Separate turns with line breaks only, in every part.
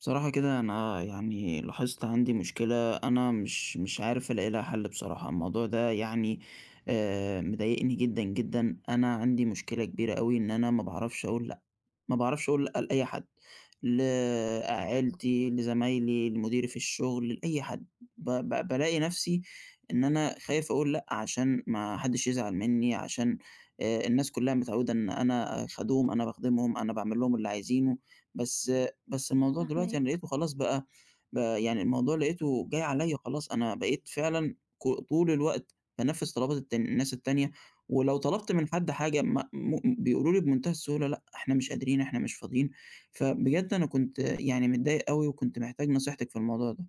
بصراحة كده أنا يعني لاحظت عندي مشكلة. أنا مش عارف ألاقي لها حل. بصراحة الموضوع ده يعني مضايقني جدا جدا. أنا عندي مشكلة كبيرة قوي إن أنا ما بعرفش أقول لأ. لأي حد، لعيلتي، لزمايلي، لمديري في الشغل، لأي حد. بلاقي نفسي إن أنا خايف أقول لأ عشان ما حدش يزعل مني. عشان الناس كلها متعودة إن أنا خدوم، أنا بخدمهم، أنا بعمل لهم اللي عايزينه. بس بس الموضوع دلوقتي أنا
فاهماك.
لقيته خلاص، بقى يعني الموضوع لقيته جاي عليّا خلاص. أنا بقيت فعلًا طول الوقت بانفِّذ طلبات الناس التانية، ولو طلبت من حد حاجة م م بيقولوا لي بمنتهى السهولة لأ، إحنا مش قادرين، إحنا مش فاضيين. فبجد أنا كنت يعني متضايق أوي، وكنت محتاج نصيحتِك في الموضوع ده.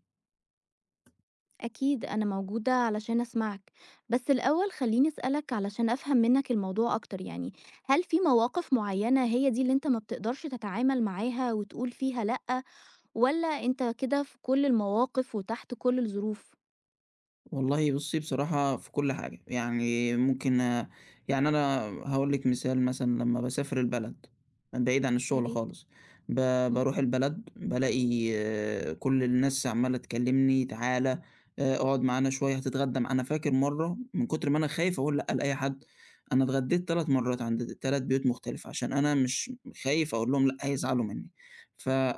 أكيد أنا موجودة علشان أسمعك، بس الأول خلّيني أسألك علشان أفهم منّك الموضوع أكتر يعني، هل في مواقف معيّنة هي دي اللي أنت ما بتقدرش تتعامل معاها وتقول فيها لأ، والّا أنت كده في كل المواقف وتحت كل الظروف؟
والله بُصّي، بصراحة في كل حاجة، يعني ممكن يعني أنا هاقول لِك مثال. مثلًا لمّا باسافر البلد بعيد عن
يا
الشغل
ريت.
خالص، ب
إمم،
باروح البلد بالاقي كل الناس عمّالة تكلمني تعالَ، اقعد معانا شوية، هتتغدى مع. أنا فاكر مرّة من كتر ما أنا خايف أقول لأ لأي حد، أنا اتغديت 3 مرات عند 3 بيوت مختلفة، عشان أنا مش خايف أقول لهم لأ هيزعلوا منّي.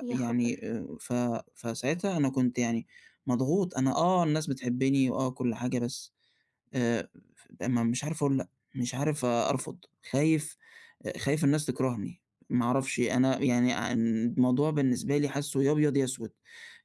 يا خبر!
ف فساعتها أنا كنت يعني مضغوط. أنا آه الناس بتحبّني وآه كل حاجة، بس آآ ما مش عارف أقول لأ، مش عارف أرفض، خايف، خايف الناس تكرهني. ما أعرفش، أنا يعني ع الموضوع بالنسبة لي حاسّه يا أبيض يا أسود،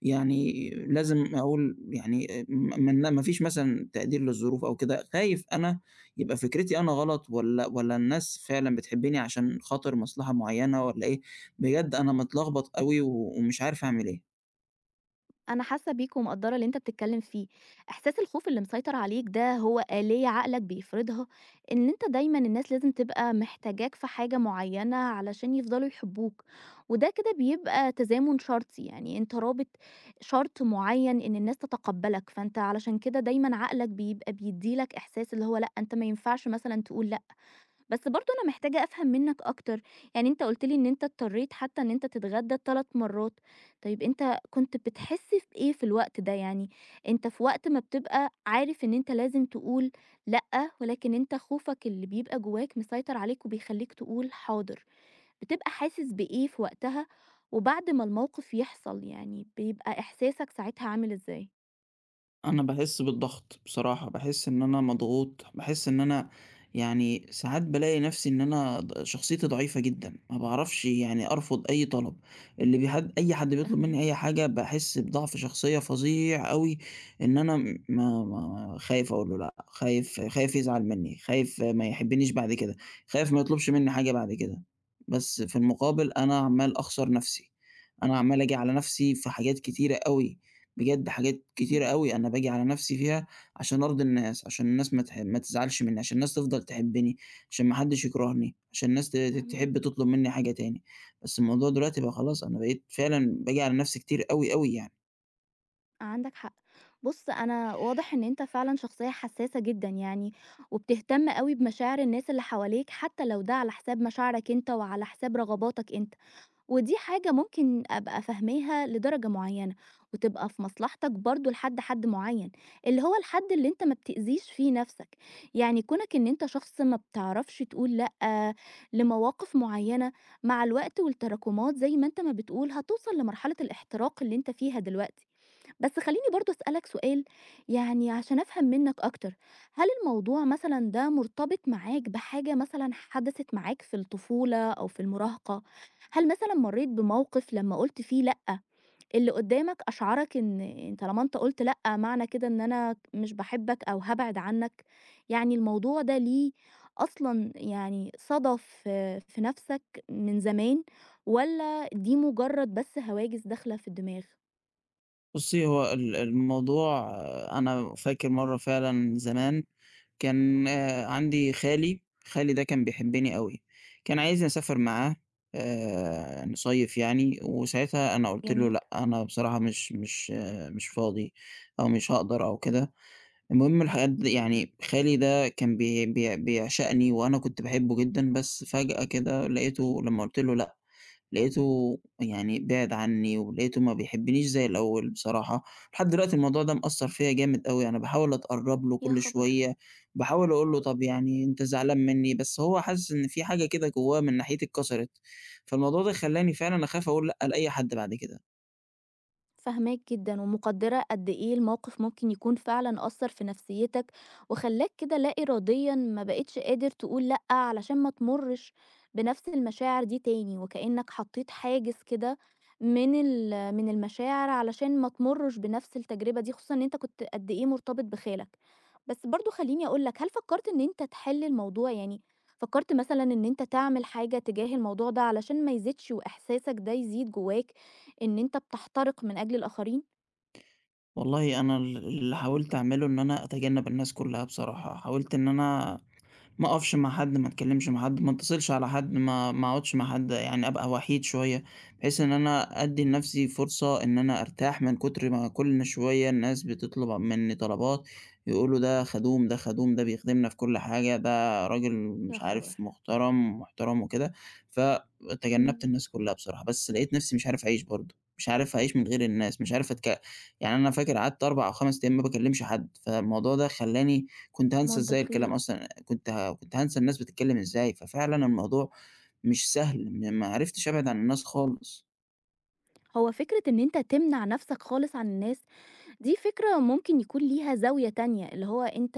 يعني لازم أقول يعني آه، م من ما فيش مثلًا تقدير للظروف أو كده. خايف أنا يبقى فكرتي أنا غلط، والّا الناس فعلًا بتحبّني عشان خاطر مصلحة معيّنة، والّا إيه. بجد أنا متلخبط أوي ومش عارف أعمل إيه.
أنا حاسة بيك ومقدّرة اللي أنت بتتكلم فيه، إحساس الخوف اللي مسيطر عليك ده هو آلية عقلك بيفرضها، إن أنت دايمًا الناس لازم تبقى محتاجاك في حاجة معيّنة علشان يفضلوا يحبوك، وده كده بيبقى تزامن شرطي، يعني أنت رابط شرط معيّن إن الناس تتقبّلك، فأنت علشان كده دايمًا عقلك بيبقى بيدّي لك إحساس اللي هو لأ، أنت ما ينفعش مثلًا تقول لأ. بس برضه أنا محتاجة أفهم منّك أكتر، يعني أنت قُلت لي إن أنت اضطريت حتى إن أنت تتغدى 3 مرّات، طيب أنت كنت بتحس بإيه في الوقت ده يعني؟ أنت في وقت ما بتبقى عارف إن أنت لازم تقول لأ، ولكن أنت خوفك اللي بيبقى جواك مسيطر عليك وبيخلّيك تقول حاضر، بتبقى حاسس بإيه في وقتها، وبعد ما الموقف يحصل يعني بيبقى إحساسك ساعتها عامل إزاي؟
أنا باحس بالضغط بصراحة، باحس إن أنا مضغوط، باحس إن أنا يعني ساعات بالاقي نفْسي إن أنا ض شخصيتي ضعيفة جدًا، ما باعرفش يعني أرفض أي طلب. اللي بيحد أي حد بيطلب منّي
فاهماك،
أي حاجة باحس بضعف شخصية فظيع أوي، إن أنا م ما ما خايف أقول له لأ، خايف يزعل منّي، خايف ما يحبنيش بعد كده، خايف ما يطلبش منّي حاجة بعد كده. بس في المقابل أنا عمّال أخسر نفْسي، أنا عمّال آجي على نفْسي في حاجات كتيرة أوي. بجد حاجات كتيرة
إمم،
أوي أنا باجي على نفسي فيها عشان أرضي الناس، عشان الناس ما تزعلش منّي، عشان الناس تفضل تحبّني، عشان ما حدّش يكرهني، عشان الناس ت ت
فاهماك.
تحب تطلب منّي حاجة تاني. بس الموضوع دلوقتي بقى خلاص، أنا بقيت فعلًا باجي على نفسي كتير أوي، أوي يعني.
عندك حق. بص، انا واضح ان انت فعلا شخصية حساسة جدا يعني، وبتهتم قوي بمشاعر الناس اللي حواليك حتى لو ده على حساب مشاعرك انت وعلى حساب رغباتك انت، ودي حاجة ممكن ابقى فاهماها لدرجة معينة وتبقى في مصلحتك برضو لحد حد معين، اللي هو الحد اللي انت ما بتأذيش فيه نفسك، يعني كونك ان انت شخص ما بتعرفش تقول لأ لمواقف معينة، مع الوقت والتراكمات زي ما انت ما بتقول هتوصل لمرحلة الاحتراق اللي انت فيها دلوقتي. بس خلّيني برضه أسألك سؤال يعني عشان أفهم منّك أكتر، هل الموضوع مثلًا ده مرتبط معاك بحاجة مثلًا حدثت معاك في الطفولة أو في المراهقة؟ هل مثلًا مرّيت بموقف لمّا قُلت فيه لأ، اللي قدّامك أشعرك إن طالما أنت قُلت لأ، معنى كده إن أنا مش باحبك أو هابعد عنّك؟ يعني الموضوع ده ليه أصلًا يعني صدى في نَفْسك من زمان، والّا دي مجرّد بس هواجس داخلة في الدماغ؟
بُصّي، هو الموضوع آه، أنا فاكر مرّة فعلًا زمان كان عندي خالي، خالي ده كان بيحبّني أوي، كان عايزني أسافر معاه نصيّف يعني، وساعتها أنا قُلت له
جميل.
لأ، أنا بصراحة مش فاضي أو مش هاقدر أو كده. المهم لحد يعني خالي ده كان بي بي بيعشقني وأنا كنت باحبّه جدًا، بس فجأة كده لقيته لمّا قُلت له لأ لقيته يعني بعِد عني، ولقيته ما بيحبنيش زي الأول بصراحة. لحد دلوقتي الموضوع ده مأثّر فيّا جامد أوي، أنا باحاول أتقرّب له
يا
كل
خبر!
شوية، باحاول أقول له طَب يعني أنت زعلان منّي، بس هو حاسس إن في حاجة كده جوّاه من ناحيتي اتكسرت، فالموضوع ده خلّاني فعلًا أخاف أقول لأ لأي حد بعد كده.
فاهماك جدًا، ومقدّرة قد إيه الموقف ممكن يكون فعلًا أثّر في نفسيتك، وخلّاك كده لا إراديًا ما بقيتش قادر تقول لأ، علشان ما تمُرّش بنفس المشاعر دي تاني، وكأنك حطيت حاجز كده من المشاعر علشان ما تمُرّش بنفس التجربة دي، خصوصًا إن أنت كنت قد إيه مرتبط بخالك. بس برضه خلّيني أقول لك، هل فكّرت إن أنت تحل الموضوع؟ يعني فكّرت مثلًا إن أنت تعمل حاجة تجاه الموضوع ده علشان ما يزيدش وإحساسك ده يزيد جواك؟ إن أنت بتحترق من أجل الآخرين؟
والله أنا اللي حاولت أعمله إن أنا أتجنّب الناس كلّها بصراحة. حاولت إن أنا ما أقفش مع حد، ما أتكلّمش مع حد، ما أتصلش على حد، ما ما أقعدش مع حد، يعني أبقى وحيد شوية، بحيث إن أنا أدّي لنفْسي فرصة إن أنا أرتاح من كتر ما كل شوية الناس بتطلب منّي طلبات، يقولوا ده خدوم، ده خدوم، ده بيخدمنا في كل حاجة، ده راجل
يا
مش عارف
خبر!
مُحترم، محترم وكده. فتجنّبت
إمم،
الناس كلّها بصراحة، بس لقيت نفْسي مش عارف أعيش برضه، مش عارف أعيش من غير الناس، مش عارف يعني. أنا فاكر قعدت 4 أو 5 أيام ما باكلّمش حد، فالموضوع ده خلّاني كنت هانسى
مدة
إزاي الكلام
طويلة.
أصلًا. كنت هانسى الناس بتتكلم إزاي، ففعلًا الموضوع مش سهل، ما عرفتش أبعد عن الناس خالص.
هو فكرة إن أنت تمنع نفسك خالص عن الناس، دي فكرة ممكن يكون ليها زاوية تانية، اللي هو أنت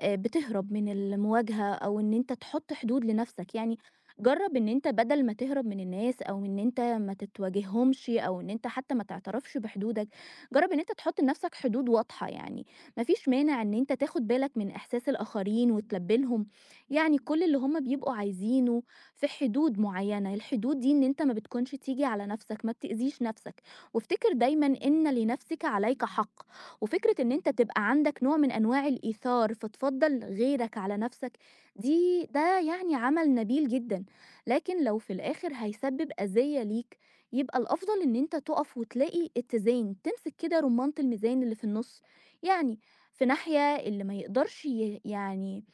بتهرب من المواجهة أو إن أنت تحُط حدود لنَفْسك، يعني جرّب إن أنت بدل ما تهرب من الناس أو إن أنت ما تتواجههمش أو إن أنت حتى ما تعترفش بحدودك، جرّب إن أنت تحُط لنَفْسك حدود واضحة يعني، ما فيش مانع إن أنت تاخُد بالك من إحساس الآخرين وتلبّي لهم يعني كل اللي هم بيبقوا عايزينه في حدود معيّنة، الحدود دي إن أنت ما بتكونش تيجي على نَفْسك، ما بتأذيش نَفْسك، وافتكر دايمًا إن لنَفْسِك عليك حق. وفكرة إن أنت تبقى عندك نوع من أنواع الإيثار، فتفضّل غيرك على نَفْسك، دي ده يعني عمل نبيل جدًا، لكن لو في الآخر هيسبب أذية ليك، يبقى الأفضل إن أنت تُقف وتلاقي اتزان، تمسك كده رُمانة الميزان اللي في النُص، يعني في ناحية اللي ما يقدرش يعني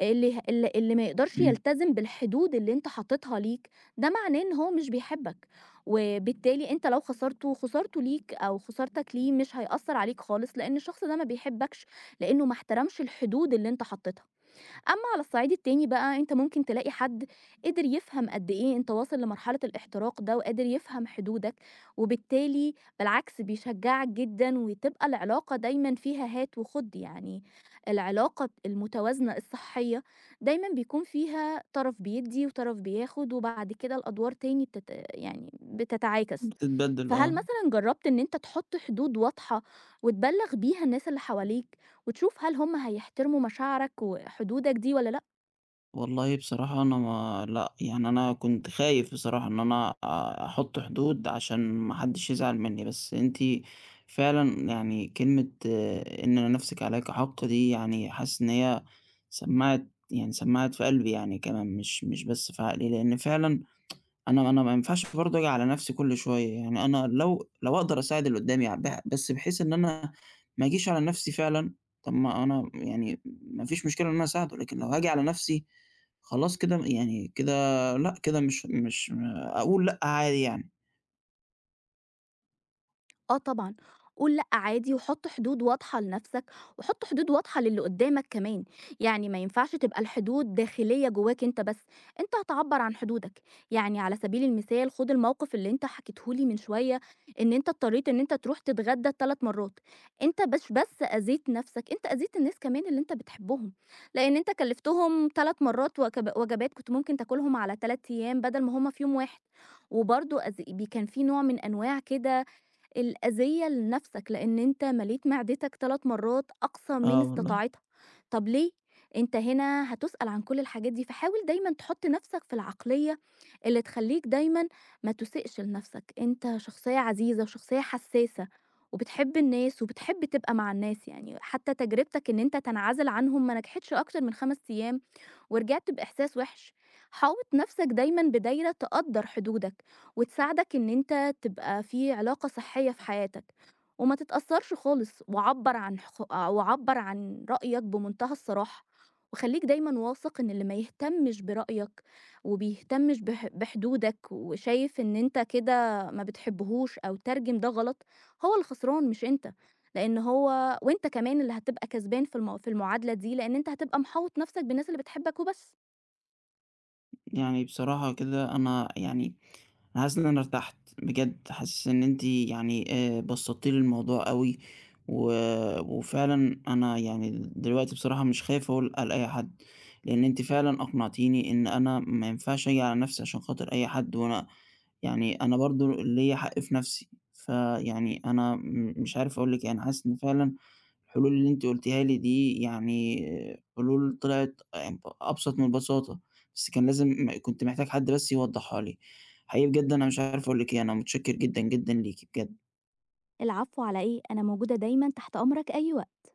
اللي ه ال اللي ما يقدرش
إمم،
يلتزم بالحدود اللي أنت حاططها ليك، ده معناه إن هو مش بيحبك، وبالتالي أنت لو خسرته، خسارته ليك أو خسارتك ليه مش هيأثّر عليك خالص، لإن الشخص ده ما بيحبكش، لإنه ما احترمش الحدود اللي أنت حطيتها. أمّا على الصعيد التاني بقى، أنت ممكن تلاقي حد قدر يفهم قد إيه أنت واصل لمرحلة الاحتراق ده، وقادر يفهم حدودك، وبالتالي بالعكس بيشجّعك جدًا، وتبقى العلاقة دايمًا فيها هات وخُد، يعني العلاقة المتوازنة الصحية دايمًا بيكون فيها طرف بيدّي وطرف بياخد، وبعد كده الأدوار تاني يعني بتتعاكس.
بتتبدل
فهل
آه.
مثلًا جرّبت إن أنت تحُط حدود واضحة وتبلّغ بيها الناس اللي حواليك؟ وتشوف هل هم هيحترموا مشاعرك وحدودك دي والّا لأ.
والله بصراحة أنا ما لأ، يعني أنا كنت خايف بصراحة إن أنا أ أحُط حدود عشان ما حدّش يزعل منّي، بس أنتِ فعلًا يعني كلمة آه، إن نَفْسِك عليكِ حق دي يعني حاسس إن هي سمّعت في قلبي يعني كمان، مش بس في عقلي، لإن فعلًا أنا ما ينفعش برضه آجي على نَفْسي كل شوية. يعني أنا لو أقدر أساعد اللي قُدّامي ع بح بس بحيث إن أنا ما أجيش على نَفْسي فعلًا. طَب ما أنا يعني ما فيش مشكلة إن أنا أساعده، لكن لو هاجي على نَفْسي خلاص كده م يعني كده لأ، كده مش مش أقول لأ عادي يعني.
آه طبعًا، قُل لأ عادي وحُط حدود واضحة لنَفْسك، وحُط حدود واضحة للي قدّامك كمان، يعني ما ينفعش تبقى الحدود داخلية جواك أنت بس، أنت هتعبّر عن حدودك، يعني على سبيل المثال خُد الموقِف اللي أنت حكيته لي من شوية إن أنت اضطريت إن أنت تروح تتغدّى 3 مرّات، أنت مش بس أذيت نَفْسك، أنت أذيت الناس كمان اللي أنت بتحبهم، لإن أنت كلّفتهم 3 مرّات وجبات كنت ممكن تاكلهم على 3 أيام بدل ما هم في يوم واحد، وبرضه أذ بي كان في نوع من أنواع كده الأذية لنفسك، لإن أنت مليت معدتك 3 مرات أقصى من
آه والله.
استطاعتها، طب ليه؟ أنت هنا هتُسأل عن كل الحاجات دي، فحاول دايمًا تحُط نفسك في العقلية اللي تخلّيك دايمًا ما تُسِئش لنفسك، أنت شخصية عزيزة وشخصية حسّاسة، وبتحب الناس وبتحب تبقى مع الناس يعني، حتى تجربتك إن أنت تنعزل عنهم ما نجحتش أكتر من 5 أيام، ورجعت بإحساس وِحِش. حاوط نَفْسك دايمًا بدايرة تقدّر حدودك، وتساعدك إن أنت تبقى في علاقة صحية في حياتك، وما تتأثّرش خالص، وعبّر عن رأيك بمنتهى الصراحة، وخلّيك دايمًا واثق إن اللي ما يهتمش برأيك، وبيهتمش بحدودك، وشايف إن أنت كده ما بتحبّهوش أو ترجم ده غلط، هو اللي خسران مش أنت. لإن هو وأنت كمان اللي هتبقى كسبان في المعادلة دي، لإن أنت هتبقى محاوط نَفْسك بالناس اللي بتحبك وبس.
يعني بصراحة كده أنا يعني أنا حاسس إن أنا ارتحت، بجد حاسس إن أنتِ يعني بسطتِ لي الموضوع أوي، و وفعلًا أنا يعني دلوقتي بصراحة مش خايف أقول لأي حد، لإن أنتِ فعلًا أقنعتيني إن أنا ما ينفعش آجي على نفسي عشان خاطر أي حد، وأنا يعني أنا برضه ليّا حق في نفسي. فيعني أنا مش عارف أقول لِك إيه، أنا حاسس إن فعلًا الحلول اللي أنتِ قُلتيها لي دي يعني آه، حلول طلعت أبسط من البساطة، بس كان لازم كنت محتاج حد بس يوضحها لي. حقيقي بجد أنا مش عارف أقول لِك إيه، أنا متشكر جدًا، جدًا ليكِ بجد.
العفو على إيه، أنا موجودة دايمًا تحت أمرك أي وقت.